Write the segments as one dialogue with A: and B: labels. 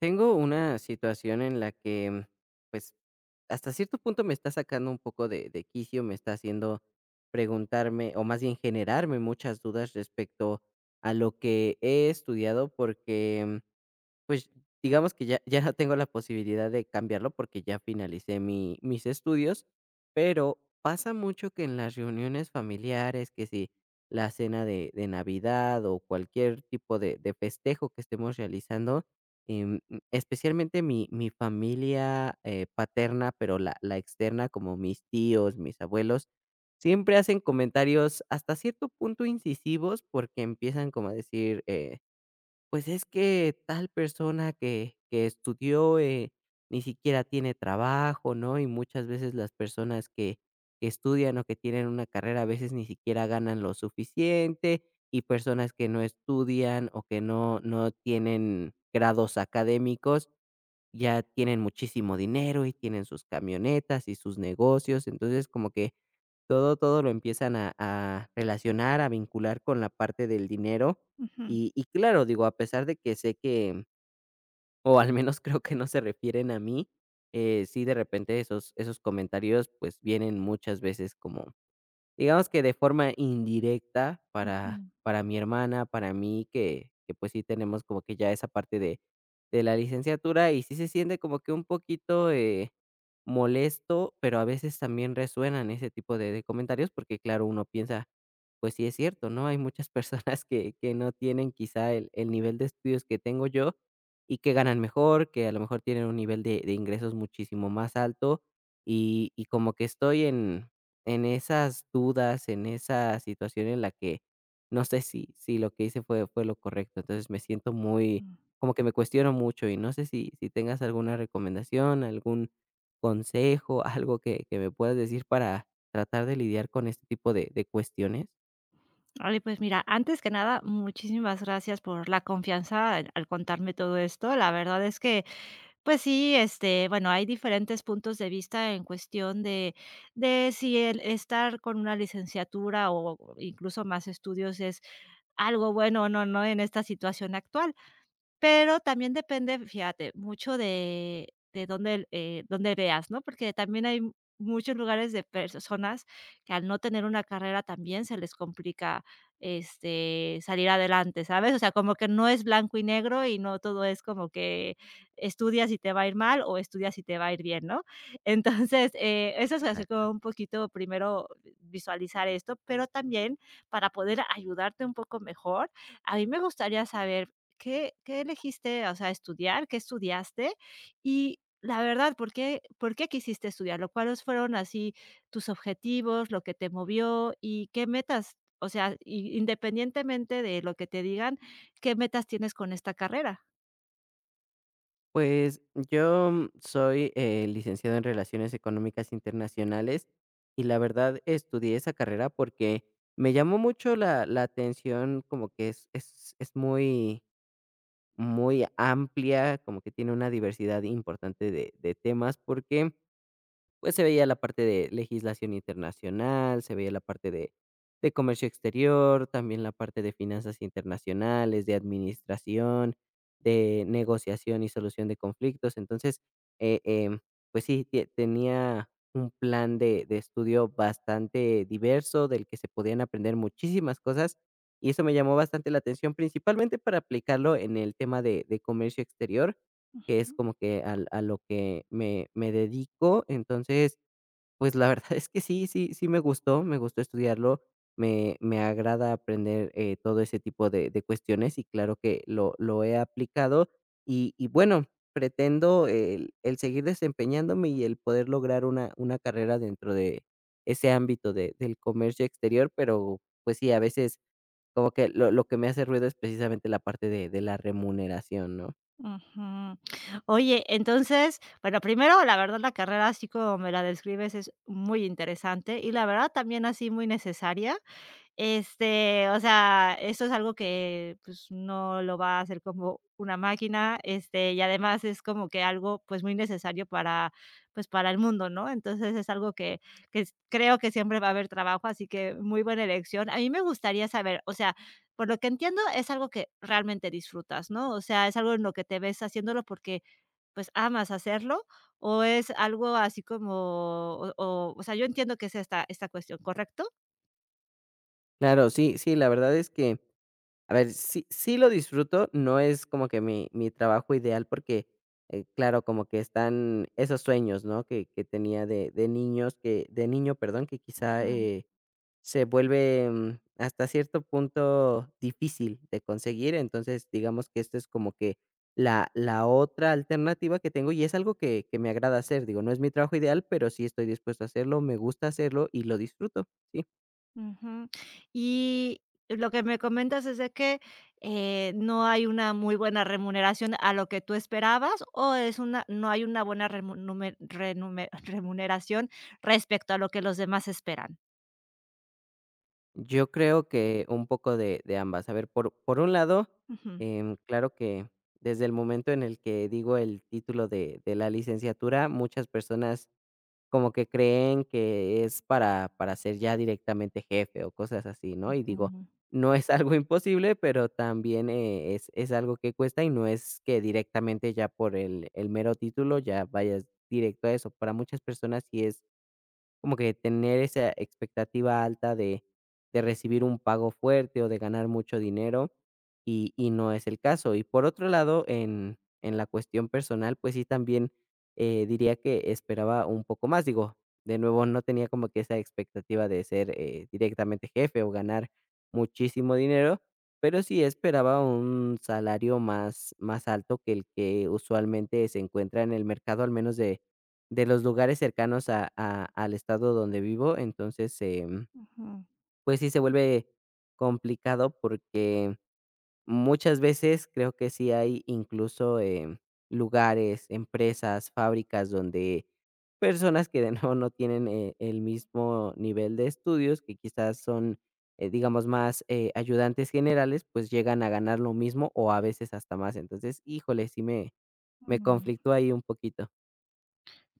A: Tengo una situación en la que, pues, hasta cierto punto me está sacando un poco de quicio, me está haciendo preguntarme, o más bien generarme muchas dudas respecto a lo que he estudiado, porque pues, digamos que ya no tengo la posibilidad de cambiarlo porque ya finalicé mi mis estudios, pero pasa mucho que en las reuniones familiares, que si la cena de Navidad o cualquier tipo de festejo que estemos realizando, especialmente mi familia, paterna, pero la externa, como mis tíos, mis abuelos, siempre hacen comentarios hasta cierto punto incisivos porque empiezan como a decir, pues es que tal persona que estudió ni siquiera tiene trabajo, ¿no? Y muchas veces las personas que estudian o que tienen una carrera a veces ni siquiera ganan lo suficiente, y personas que no estudian o que no tienen grados académicos ya tienen muchísimo dinero y tienen sus camionetas y sus negocios. Entonces como que todo lo empiezan a relacionar, a vincular con la parte del dinero.
B: Ujú,
A: Y claro, digo, a pesar de que sé que, o al menos creo que no se refieren a mí, sí, de repente esos comentarios, pues, vienen muchas veces como digamos que de forma indirecta
B: ujú.
A: para mi hermana, para mí, que, pues, sí tenemos como que ya esa parte de la licenciatura, y sí se siente como que un poquito, molesto, pero a veces también resuenan ese tipo de comentarios, porque, claro, uno piensa, pues sí es cierto, ¿no? Hay muchas personas que no tienen quizá el nivel de estudios que tengo yo, y que ganan mejor, que a lo mejor tienen un nivel de ingresos muchísimo más alto, y como que estoy en esas dudas, en esa situación en la que no sé si lo que hice fue lo correcto. Entonces, me siento muy como que me cuestiono mucho y no sé si tengas alguna recomendación, algún consejo, algo que me puedas decir para tratar de lidiar con este tipo de cuestiones.
B: Oye, pues mira, antes que nada, muchísimas gracias por la confianza al contarme todo esto. La verdad es que, pues sí, este, bueno, hay diferentes puntos de vista en cuestión de si el estar con una licenciatura o incluso más estudios es algo bueno o no, ¿no? En esta situación actual. Pero también depende, fíjate, mucho de dónde, dónde veas, ¿no? Porque también hay muchos lugares de personas que al no tener una carrera también se les complica, este, salir adelante, ¿sabes? O sea, como que no es blanco y negro y no todo es como que estudias y te va a ir mal o estudias y te va a ir bien, ¿no? Entonces, eso es hacer como un poquito primero visualizar esto, pero también para poder ayudarte un poco mejor, a mí me gustaría saber, qué elegiste, o sea, estudiar? ¿Qué estudiaste? Y la verdad, ¿por qué quisiste estudiarlo? ¿Cuáles fueron así tus objetivos, lo que te movió y qué metas? O sea, i independientemente de lo que te digan, ¿qué metas tienes con esta carrera?
A: Pues yo soy licenciado en Relaciones Económicas Internacionales, y la verdad estudié esa carrera porque me llamó mucho la atención, como que es muy, muy amplia, como que tiene una diversidad importante de temas, porque pues, se veía la parte de legislación internacional, se veía la parte de comercio exterior, también la parte de finanzas internacionales, de administración, de negociación y solución de conflictos. Entonces, eh, em, pues sí, te tenía un plan de estudio bastante diverso, del que se podían aprender muchísimas cosas, y eso me llamó bastante la atención, principalmente para aplicarlo en el tema de comercio exterior, que es
B: Ujú.
A: como que al a lo que me dedico. Entonces, pues, la verdad es que sí, sí, sí me gustó estudiarlo, me agrada aprender, todo ese tipo de cuestiones y claro que lo he aplicado. Y bueno, pretendo el seguir desempeñándome y el poder lograr una carrera dentro de ese ámbito de del comercio exterior, pero, pues sí, a veces como que lo que me hace ruido es precisamente la parte de la remuneración, ¿no?
B: Oye, entonces, bueno, primero, la verdad, la carrera, así como me la describes, es muy interesante y la verdad también así muy necesaria. Este, o sea, eso es algo que, pues, no lo va a hacer como una máquina, este, y además es como que algo, pues, muy necesario para, pues, para el mundo, ¿no? Entonces, es algo que s creo que siempre va a haber trabajo, así que muy buena elección. A mí me gustaría saber, o sea, por lo que entiendo, es algo que realmente disfrutas, ¿no? O sea, es algo en lo que te ves haciéndolo porque, pues, amas hacerlo, o es algo así como o sea, yo entiendo que es esta cuestión, ¿correcto?
A: Claro, sí, sí, la verdad es que, a ver, sí, sí lo disfruto, no es como que mi trabajo ideal porque, claro, como que están esos sueños, ¿no? Que tenía de niños, que, de niño, perdón, que quizá se vuelve hasta cierto punto difícil de conseguir. Entonces, digamos que esto es como que la otra alternativa que tengo y es algo que me agrada hacer. Digo, no es mi trabajo ideal, pero sí estoy dispuesto a hacerlo, me gusta hacerlo y lo disfruto, sí.
B: Ujú. Y lo que me comentas es de que, no hay una muy buena remuneración a lo que tú esperabas, o es una, no hay una buena remu renume remuneración respecto a lo que los demás esperan.
A: Yo creo que un poco de ambas. A ver, por un lado,
B: Ujú.
A: claro que desde el momento en el que digo el título de la licenciatura, muchas personas como que creen que es para ser ya directamente jefe o cosas así, ¿no? Y digo,
B: Ujú.
A: no es algo imposible, pero también, es algo que cuesta y no es que directamente ya por el mero título ya vayas directo a eso. Para muchas personas sí es como que tener esa expectativa alta de recibir un pago fuerte o de ganar mucho dinero, y no es el caso. Y por otro lado, en la cuestión personal, pues sí, también, diría que esperaba un poco más. Digo, de nuevo, no tenía como que esa expectativa de ser, directamente jefe o ganar muchísimo dinero, pero sí esperaba un salario más alto que el que usualmente se encuentra en el mercado, al menos de los lugares cercanos a al estado donde vivo, entonces,
B: Ujú.
A: pues sí se vuelve complicado porque muchas veces creo que sí hay incluso, lugares, empresas, fábricas donde personas que de nuevo no tienen, el mismo nivel de estudios, que quizás son, digamos, más, ayudantes generales, pues llegan a ganar lo mismo o a veces hasta más. Entonces, híjole, sí me
B: Mm.
A: conflictó ahí un poquito.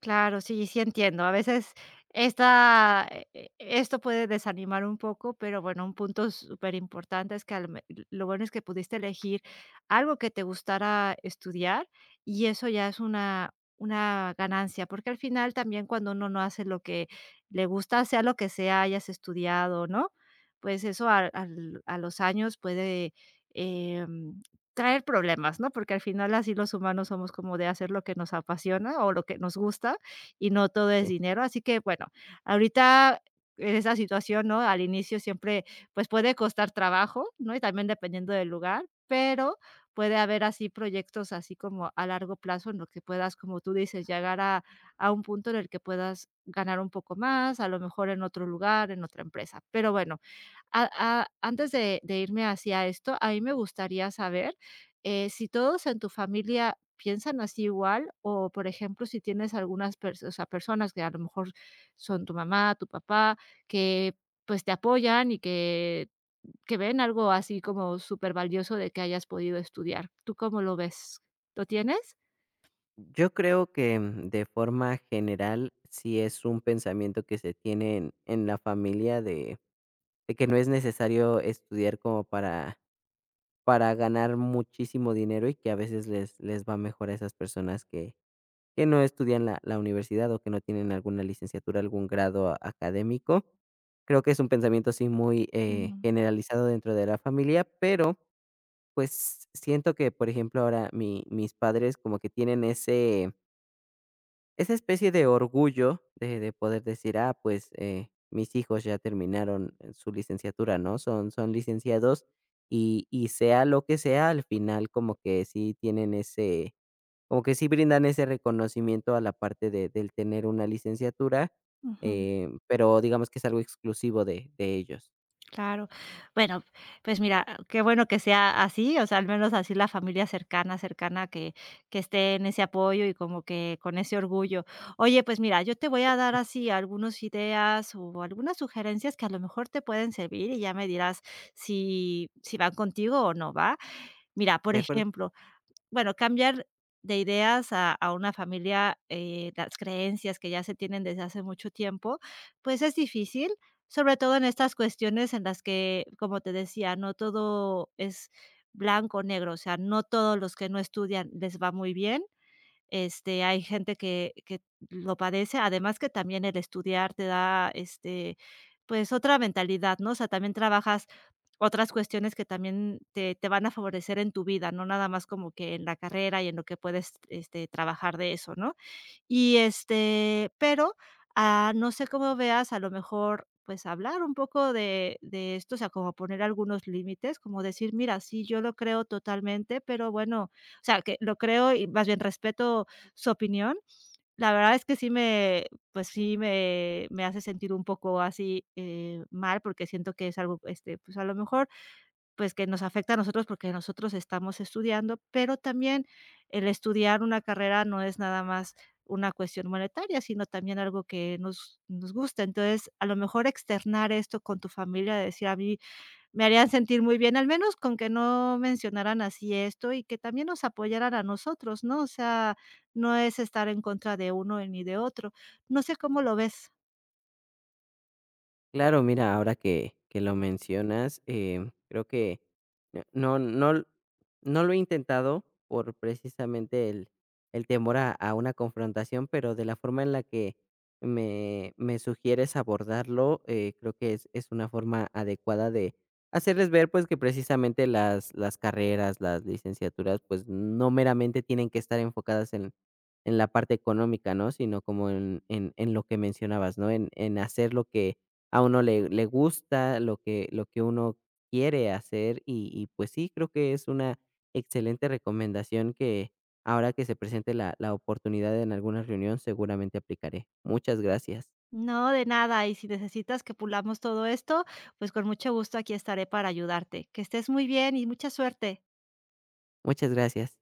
B: Claro, sí, sí entiendo. A veces esta, esto puede desanimar un poco, pero bueno, un punto súper importante es que al me lo bueno es que pudiste elegir algo que te gustara estudiar y eso ya es una ganancia, porque al final también cuando uno no hace lo que le gusta, sea lo que sea, hayas estudiado, ¿no? Pues eso al a los años puede, em traer problemas, ¿no? Porque al final así los humanos somos como de hacer lo que nos apasiona o lo que nos gusta y no todo es
A: Sí.
B: dinero. Así que bueno, ahorita en esa situación, ¿no? Al inicio siempre, pues, puede costar trabajo, ¿no? Y también dependiendo del lugar, pero puede haber así proyectos así como a largo plazo en lo que puedas, como tú dices, llegar a un punto en el que puedas ganar un poco más, a lo mejor en otro lugar, en otra empresa. Pero bueno, a a antes de irme hacia esto, a mí me gustaría saber, si todos en tu familia piensan así igual o, por ejemplo, si tienes algunas perso o sea, personas que a lo mejor son tu mamá, tu papá, que, pues, te apoyan y que ven algo así como supervalioso de que hayas podido estudiar, ¿tú cómo lo ves? ¿Lo tienes?
A: Yo creo que de forma general sí es un pensamiento que se tiene en la familia de que no es necesario estudiar como para ganar muchísimo dinero y que a veces les, les va mejor a esas personas que no estudian la universidad o que no tienen alguna licenciatura, algún grado académico. Creo que es un pensamiento sí muy
B: Um
A: generalizado dentro de la familia, pero pues siento que, por ejemplo, ahora mis padres como que tienen ese esa especie de orgullo de poder decir: "Ah, pues, mis hijos ya terminaron su licenciatura", ¿no? Son licenciados y sea lo que sea, al final como que sí tienen ese como que sí brindan ese reconocimiento a la parte de del tener una licenciatura,
B: uhuh
A: pero digamos que es algo exclusivo de ellos.
B: Claro. Bueno, pues mira, qué bueno que sea así, o sea, al menos así la familia cercana, cercana que esté en ese apoyo y como que con ese orgullo. Oye, pues mira, yo te voy a dar así algunas ideas o algunas sugerencias que a lo mejor te pueden servir y ya me dirás si, si van contigo o no va. Mira, por
A: ¿De acuerdo?
B: ejemplo, bueno, cambiar de ideas a una familia, las creencias que ya se tienen desde hace mucho tiempo, pues es difícil, sobre todo en estas cuestiones en las que, como te decía, no todo es blanco o negro, o sea, no todos los que no estudian les va muy bien, este, hay gente que lo padece, además que también el estudiar te da, este, pues, otra mentalidad, ¿no? O sea, también trabajas otras cuestiones que también te van a favorecer en tu vida, no nada más como que en la carrera y en lo que puedes, este, trabajar de eso, ¿no? Y, este, pero, ah, no sé cómo veas, a lo mejor, pues, hablar un poco de esto, o sea, como poner algunos límites, como decir: "Mira, sí, yo lo creo totalmente, pero bueno", o sea, que lo creo y más bien respeto su opinión. La verdad es que sí me, pues, sí me hace sentir un poco así, mal, porque siento que es algo, este, pues, a lo mejor pues, que nos afecta a nosotros porque nosotros estamos estudiando, pero también el estudiar una carrera no es nada más una cuestión monetaria, sino también algo que nos gusta. Entonces, a lo mejor externar esto con tu familia, decir: "A mí me harían sentir muy bien", al menos con que no mencionaran así esto y que también nos apoyaran a nosotros, ¿no? O sea, no es estar en contra de uno ni de otro. No sé cómo lo ves.
A: Claro, mira, ahora que lo mencionas, creo que no no no l- no lo he intentado por precisamente el temor a una confrontación, pero de la forma en la que me sugieres abordarlo, creo que es una forma adecuada de hacerles ver, pues, que precisamente las carreras, las licenciaturas, pues, no meramente tienen que estar enfocadas en la parte económica, ¿no? Sino como en lo que mencionabas, ¿no? En hacer lo que a uno le gusta, lo que uno quiere hacer, y pues sí, creo que es una excelente recomendación que ahora que se presente la oportunidad en alguna reunión seguramente aplicaré. Muchas gracias.
B: No, de nada, y si necesitas que pulamos todo esto, pues con mucho gusto aquí estaré para ayudarte. Que estés muy bien y mucha suerte.
A: Muchas gracias.